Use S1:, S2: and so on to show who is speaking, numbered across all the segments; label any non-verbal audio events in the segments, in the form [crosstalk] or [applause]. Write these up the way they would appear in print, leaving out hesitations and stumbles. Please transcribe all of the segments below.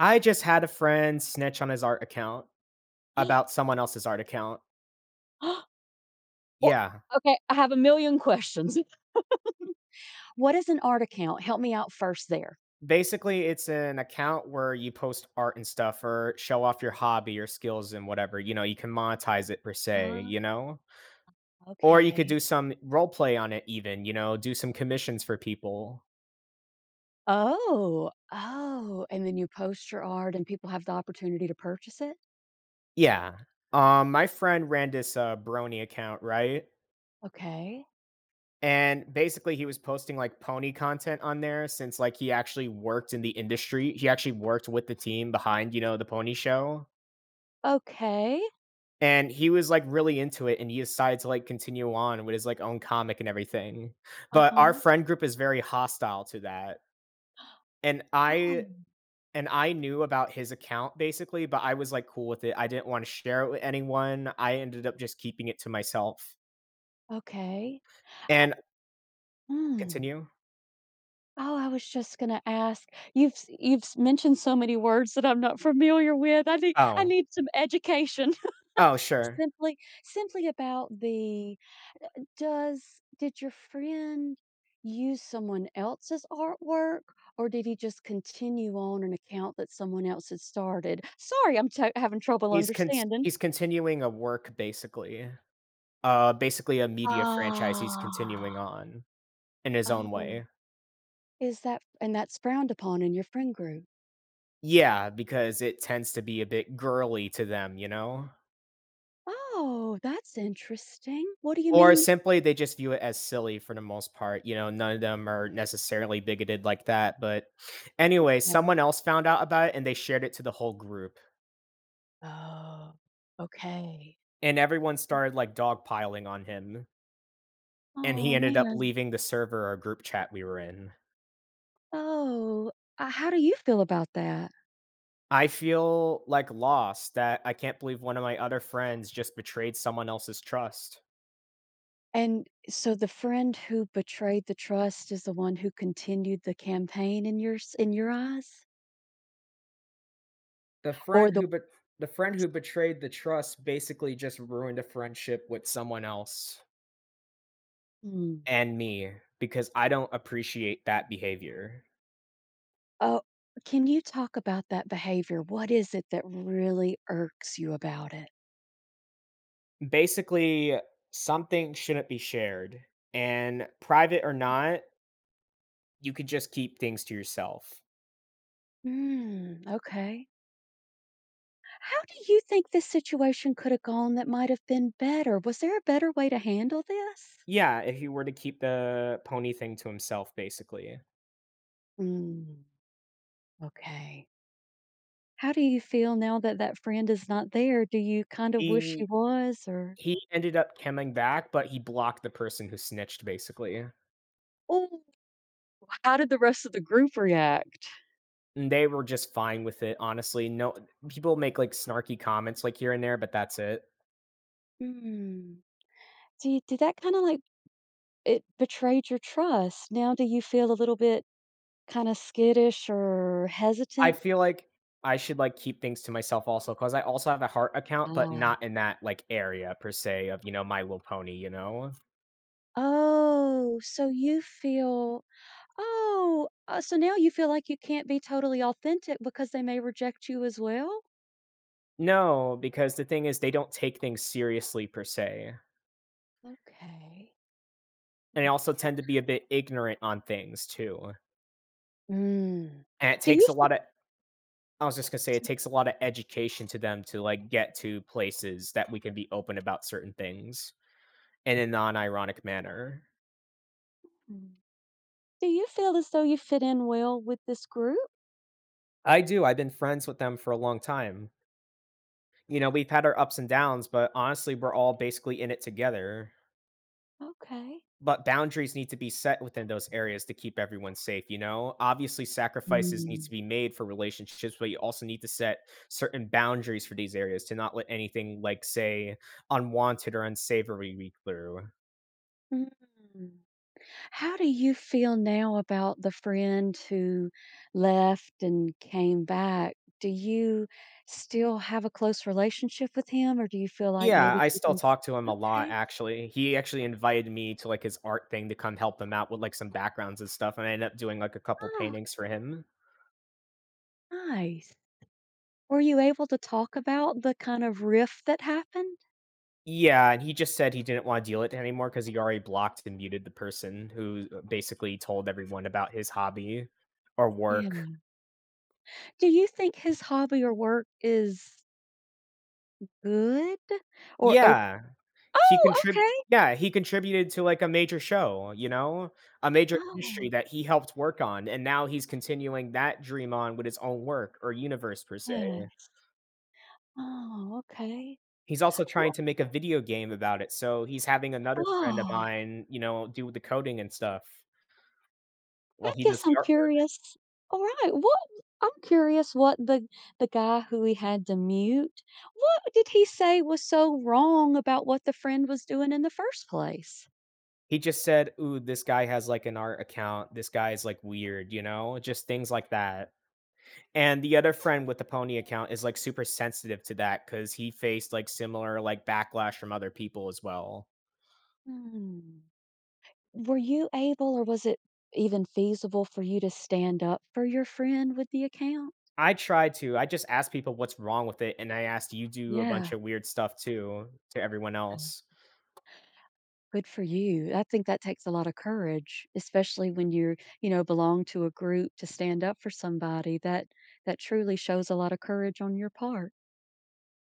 S1: I just had a friend snitch on his art account about
S2: [gasps]
S1: someone else's art account.
S2: Well,
S1: Yeah.
S2: okay, I have a million questions. What is an art account? Help me out first there.
S1: Basically, it's an account where you post art and stuff or show off your hobby or skills and whatever. You know, you can monetize it per se,
S2: Ah,
S1: you know? Or you could
S2: okay.
S1: do some role play on it even, you know, do some commissions for people.
S2: Oh, oh, and then you post your art and people have the opportunity to purchase it?
S1: Yeah. My friend ran this brony account, right?
S2: Okay.
S1: And basically he was posting like pony content on there since like he actually worked in the industry. He actually worked with the team behind, you know, the pony show,
S2: Okay.
S1: and he was like really into it, and he decided to like continue on with his like own comic and everything. But
S2: Uh-huh.
S1: our friend group is very hostile to that, and I
S2: Oh,
S1: and I knew about his account basically, but I was like cool with it. I didn't want to share it with anyone. I ended up just keeping it to myself
S2: okay.
S1: and
S2: Mm.
S1: continue.
S2: Oh, I was just gonna ask. You've mentioned so many words that I'm not familiar with. I need I
S1: Oh,
S2: need some education.
S1: oh,
S2: [laughs]
S1: sure.
S2: Simply simply about the Does Did your friend use someone else's artwork, or did he just continue on an account that someone else had started? Sorry, I'm t having trouble
S1: He's con
S2: understanding.
S1: he's continuing a work basically, basically a media franchise he's continuing
S2: Ah.
S1: on in his own
S2: Oh.
S1: way.
S2: Is that and that's frowned upon in your friend group.
S1: Yeah, because it tends to be a bit girly to them, you know?
S2: Oh, that's interesting. What do you
S1: Or
S2: mean?
S1: simply they just view it as silly for the most part, you know, none of them are necessarily bigoted like that, but anyway,
S2: No.
S1: someone else found out about it and they shared it to the whole group,
S2: Oh, okay.
S1: and everyone started, like, dogpiling on him, and
S2: Oh
S1: he ended up
S2: man.
S1: leaving the server or group chat we were in.
S2: Oh, how do you feel about that?
S1: I feel like lost that I can't believe one of my other friends just betrayed someone else's trust.
S2: And so the friend who betrayed the trust is the one who continued the campaign in your s in your eyes?
S1: The
S2: Or
S1: friend
S2: the.
S1: who bet the friend who betrayed the trust basically just ruined a friendship with someone else
S2: Mm.
S1: and me because I don't appreciate that behavior.
S2: Oh, can you talk about that behavior? What is it that really irks you about it?
S1: Basically, something shouldn't be shared, and private or not, you could just keep things to yourself.
S2: Mm, okay. How do you think this situation could have gone that might have been better? Was there a better way to handle this?
S1: Yeah, if he were to keep the pony thing to himself, basically.
S2: Mm, okay. How do you feel now that that friend is not there? Do you kind of wish he
S1: He
S2: was, or?
S1: He ended up coming back, but he blocked the person who snitched basically.
S2: How did the rest of the group react?
S1: And they were just fine with it, honestly. No, people make like snarky comments like here and there, but that's it.
S2: Mm. See, did that kinda, like, it betrayed your trust. Now do you feel a little bit kinda skittish or
S1: I
S2: hesitant?
S1: feel like I should like keep things to myself also because I also have a heart account, but
S2: Ah.
S1: not in that like area per se of, you know, My Little Pony, you know?
S2: Oh, so you feel oh, so now you feel like you can't be totally authentic because they may reject you as well?
S1: No, because the thing is they don't take things seriously per se.
S2: Okay.
S1: And they also tend to be a bit ignorant on things too.
S2: Mm. Mm.
S1: And it
S2: Do you
S1: takes a
S2: feel
S1: lot of I was just gonna say it
S2: so
S1: takes a lot of education to them to like get to places that we can be open about certain things in a non-ironic manner.
S2: Mm, do you feel as though you fit in well with this group?
S1: I do. I've been friends with them for a long time. You know, we've had our ups and downs, but honestly, we're all basically in it together.
S2: Okay.
S1: But boundaries need to be set within those areas to keep everyone safe, you know? Obviously, sacrifices need
S2: Mm.
S1: to be made for relationships, but you also need to set certain boundaries for these areas to not let anything like say unwanted or unsavory leak through.
S2: Mm. How do you feel now about the friend who left and came back? Do you still have a close relationship with him, or do you feel like
S1: Yeah,
S2: maybe
S1: I still
S2: keeping.
S1: talk to him a lot,
S2: Okay.
S1: actually. He actually invited me to, like, his art thing to come help him out with, like, some backgrounds and stuff, and I ended up doing, like, a couple
S2: Oh,
S1: paintings for him.
S2: nice. Were you able to talk about the kind of rift that happened?
S1: Yeah, and he just said he didn't wanna deal with it anymore because he already blocked and muted the person who, basically told everyone about his hobby or
S2: Yeah.
S1: work.
S2: Do you think his hobby or work is good or ok.
S1: Yeah, he
S2: Oh,
S1: contrib
S2: okay.
S1: yeah, he contributed to, like, a major show, you know? A major
S2: Oh,
S1: industry that he helped work on, and now he's continuing that dream on with his own work or universe per se.
S2: yes. Oh, okay.
S1: He's also
S2: Wha
S1: trying to make a video game about it, so he's having another friend of
S2: ah.
S1: mine, you know, do the coding and stuff
S2: I
S1: while he
S2: guess
S1: does
S2: I'm
S1: the artwork.
S2: curious. All right, what I'm curious what the guy who he had to mute, what did he say was so wrong about what the friend was doing in the first place?
S1: He just said, "Ooh, this guy has, like, an art account. This guy's, like, weird," you know? Just things like that. And the other friend with the pony account is, like, super sensitive to that because he faced, like, similar, like, backlash from other people as well.
S2: Hmm. Were you able, or was it even feasible for you to stand up for your friend with the account?
S1: I try to. I just ask people what's wrong with it, and I asked you do a bunch
S2: Yeah.
S1: of weird stuff too to everyone
S2: um,
S1: else.
S2: Good for you. I think that takes a lot of courage, especially when you're, you know, belong to a group to stand up for somebody. That truly shows a lot of courage on your part.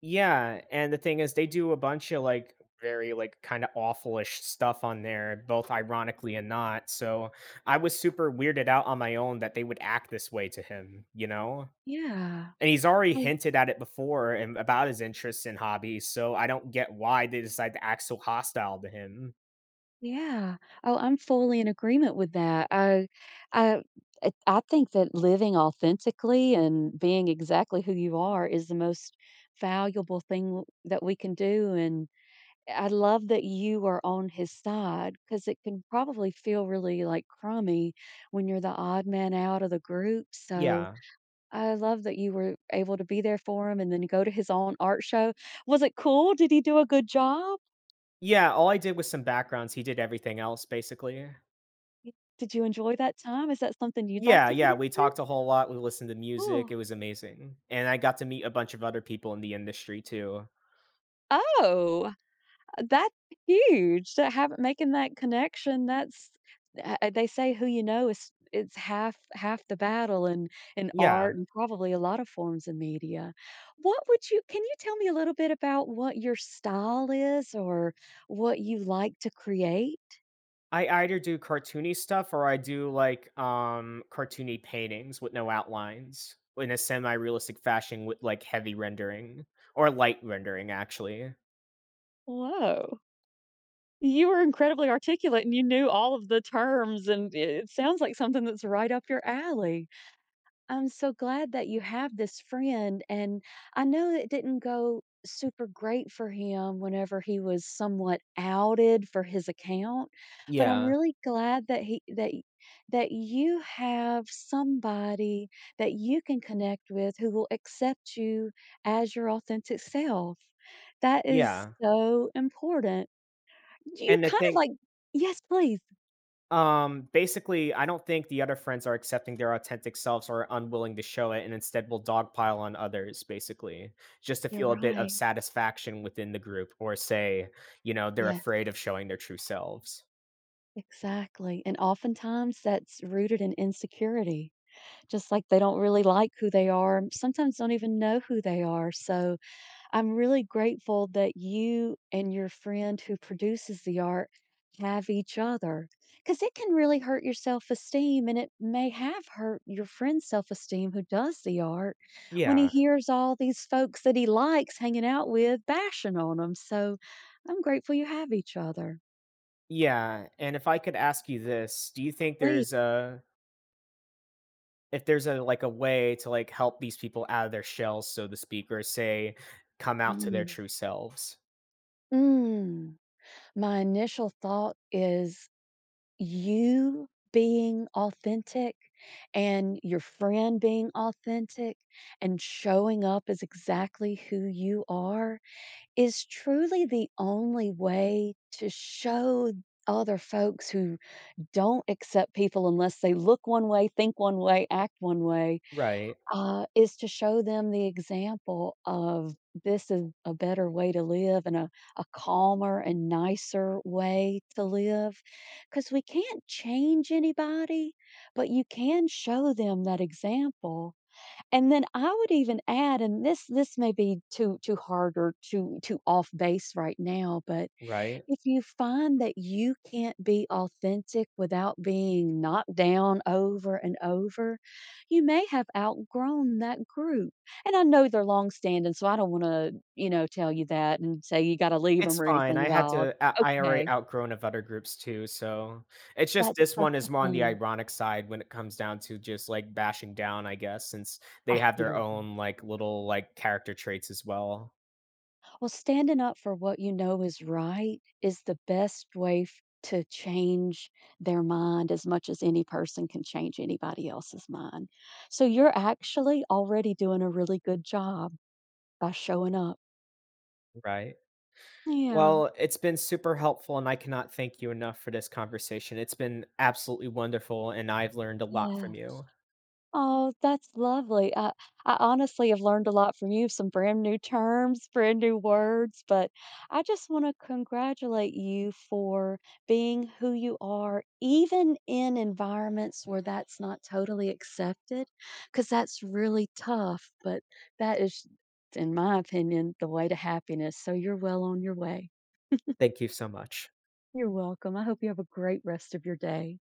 S1: Yeah, and the thing is they do a bunch of, like, very, like, kinda awfulish stuff on there, both ironically and not, so I was super weirded out on my own that they would act this way to him, you know?
S2: Yeah.
S1: And he's already
S2: Oh,
S1: hinted at it before and about his interests and hobbies, so I don't get why they decide to act so hostile to him.
S2: yeah. Oh, I'm fully in agreement with that. I I think that living authentically and being exactly who you are is the most valuable that we can do, and I love that you are on his side because it can probably feel really, like, crummy when you're the odd man out of the group, so
S1: Yeah.
S2: I love that you were able to be there for him and then go to his own art show. Was it cool? Did he do a good job?
S1: Yeah, all I did was some backgrounds, he did everything else, basically.
S2: Y, did you enjoy that time? Is that something you'd like
S1: Yeah,
S2: to get
S1: yeah, we
S2: into?
S1: talked a whole lot, we listened to music,
S2: Oh.
S1: it was amazing, and I got to meet a bunch of other people in the industry too.
S2: Oh, that's huge to have making that connection, that's they say who you know is it's half the battle in
S1: Yeah,
S2: art and probably a lot of forms of media. What would you Can you tell me a little bit about what your style is or what you like to create?
S1: I either do cartoony stuff or I do, like, cartoony paintings with no outlines in a semi-realistic fashion with, like, heavy rendering or light rendering, actually.
S2: Whoa. You were incredibly articulate and you knew all of the terms, and it sounds like something that's right up your alley. I'm so glad that you have this friend. And I know it didn't go super great for him whenever he was somewhat outed for his account, but I'm
S1: Yeah,
S2: really glad that that you have somebody that you can connect with who will accept you as your authentic self. That is
S1: yeah,
S2: so important. You're
S1: and the
S2: kind of
S1: thing
S2: like, yes, please.
S1: basically, I don't think the other friends are accepting their authentic selves or unwilling to show it and instead will dogpile on others, basically, just to
S2: You're
S1: feel a bit of
S2: right.
S1: satisfaction within the group or say, you know, they're
S2: Yeah.
S1: afraid of showing their true selves.
S2: Exactly, and oftentimes that's rooted in insecurity, just like they don't really like who they are, and sometimes don't even know who they are, so I'm really grateful that you and your friend who produces the art have each other, because it can really hurt your self-esteem, and it may have hurt your friend's self-esteem who does the art when he
S1: Yeah.
S2: hears all these folks that he likes hanging out with bashing on him, so I'm grateful you have each other.
S1: Yeah, and if I could ask you this, do you think
S2: Please.
S1: there's a if there's a like a way to like help these people out of their shells, so to speak, or say, come out to their
S2: Mhm.
S1: true selves?
S2: Mm. My initial thought is you being authentic and your friend being authentic and showing up as exactly who you are is truly the only way to show other folks who don't accept people unless they look one way, think one way, act one way,
S1: Right,
S2: is to show them the example of this is a better way to live and a calmer and nicer way to live. Because we can't change anybody, but you can show them that example. And then I would even add, and this may be too hard or too off base right now, but
S1: right.
S2: if you find that you can't be authentic without being knocked down over and over, you may have outgrown that group. And I know they're long-standing, so I don't wanna, you know, tell you that and say you gotta leave
S1: It's
S2: them or
S1: fine.
S2: anything
S1: I had
S2: wild.
S1: to I already
S2: Okay,
S1: outgrown of other groups too, so it's just
S2: that's
S1: this
S2: such
S1: one
S2: a
S1: is more on the
S2: thing.
S1: ironic side when it comes down to just like bashing down, I guess, since they
S2: I
S1: have their
S2: hear.
S1: own like little like character traits as well,
S2: Well, standing up for what you know is right is the best way to change their mind as much as any person can change anybody else's mind. So you're actually already doing a really good job by showing up.
S1: right?
S2: Yeah.
S1: Well, it's been super helpful, and I cannot thank you enough for this conversation. It's been absolutely wonderful, and I've learned a lot
S2: Yeah.
S1: from you.
S2: Oh, that's lovely. I honestly have learned a lot from you, some brand new terms, brand new words, but I just want to congratulate you for being who you are, even in environments where that's not totally accepted, because that's really tough. But that is, in my opinion, the way to happiness. So you're well on your way.
S1: Thank you so much.
S2: You're welcome. I hope you have a great rest of your day.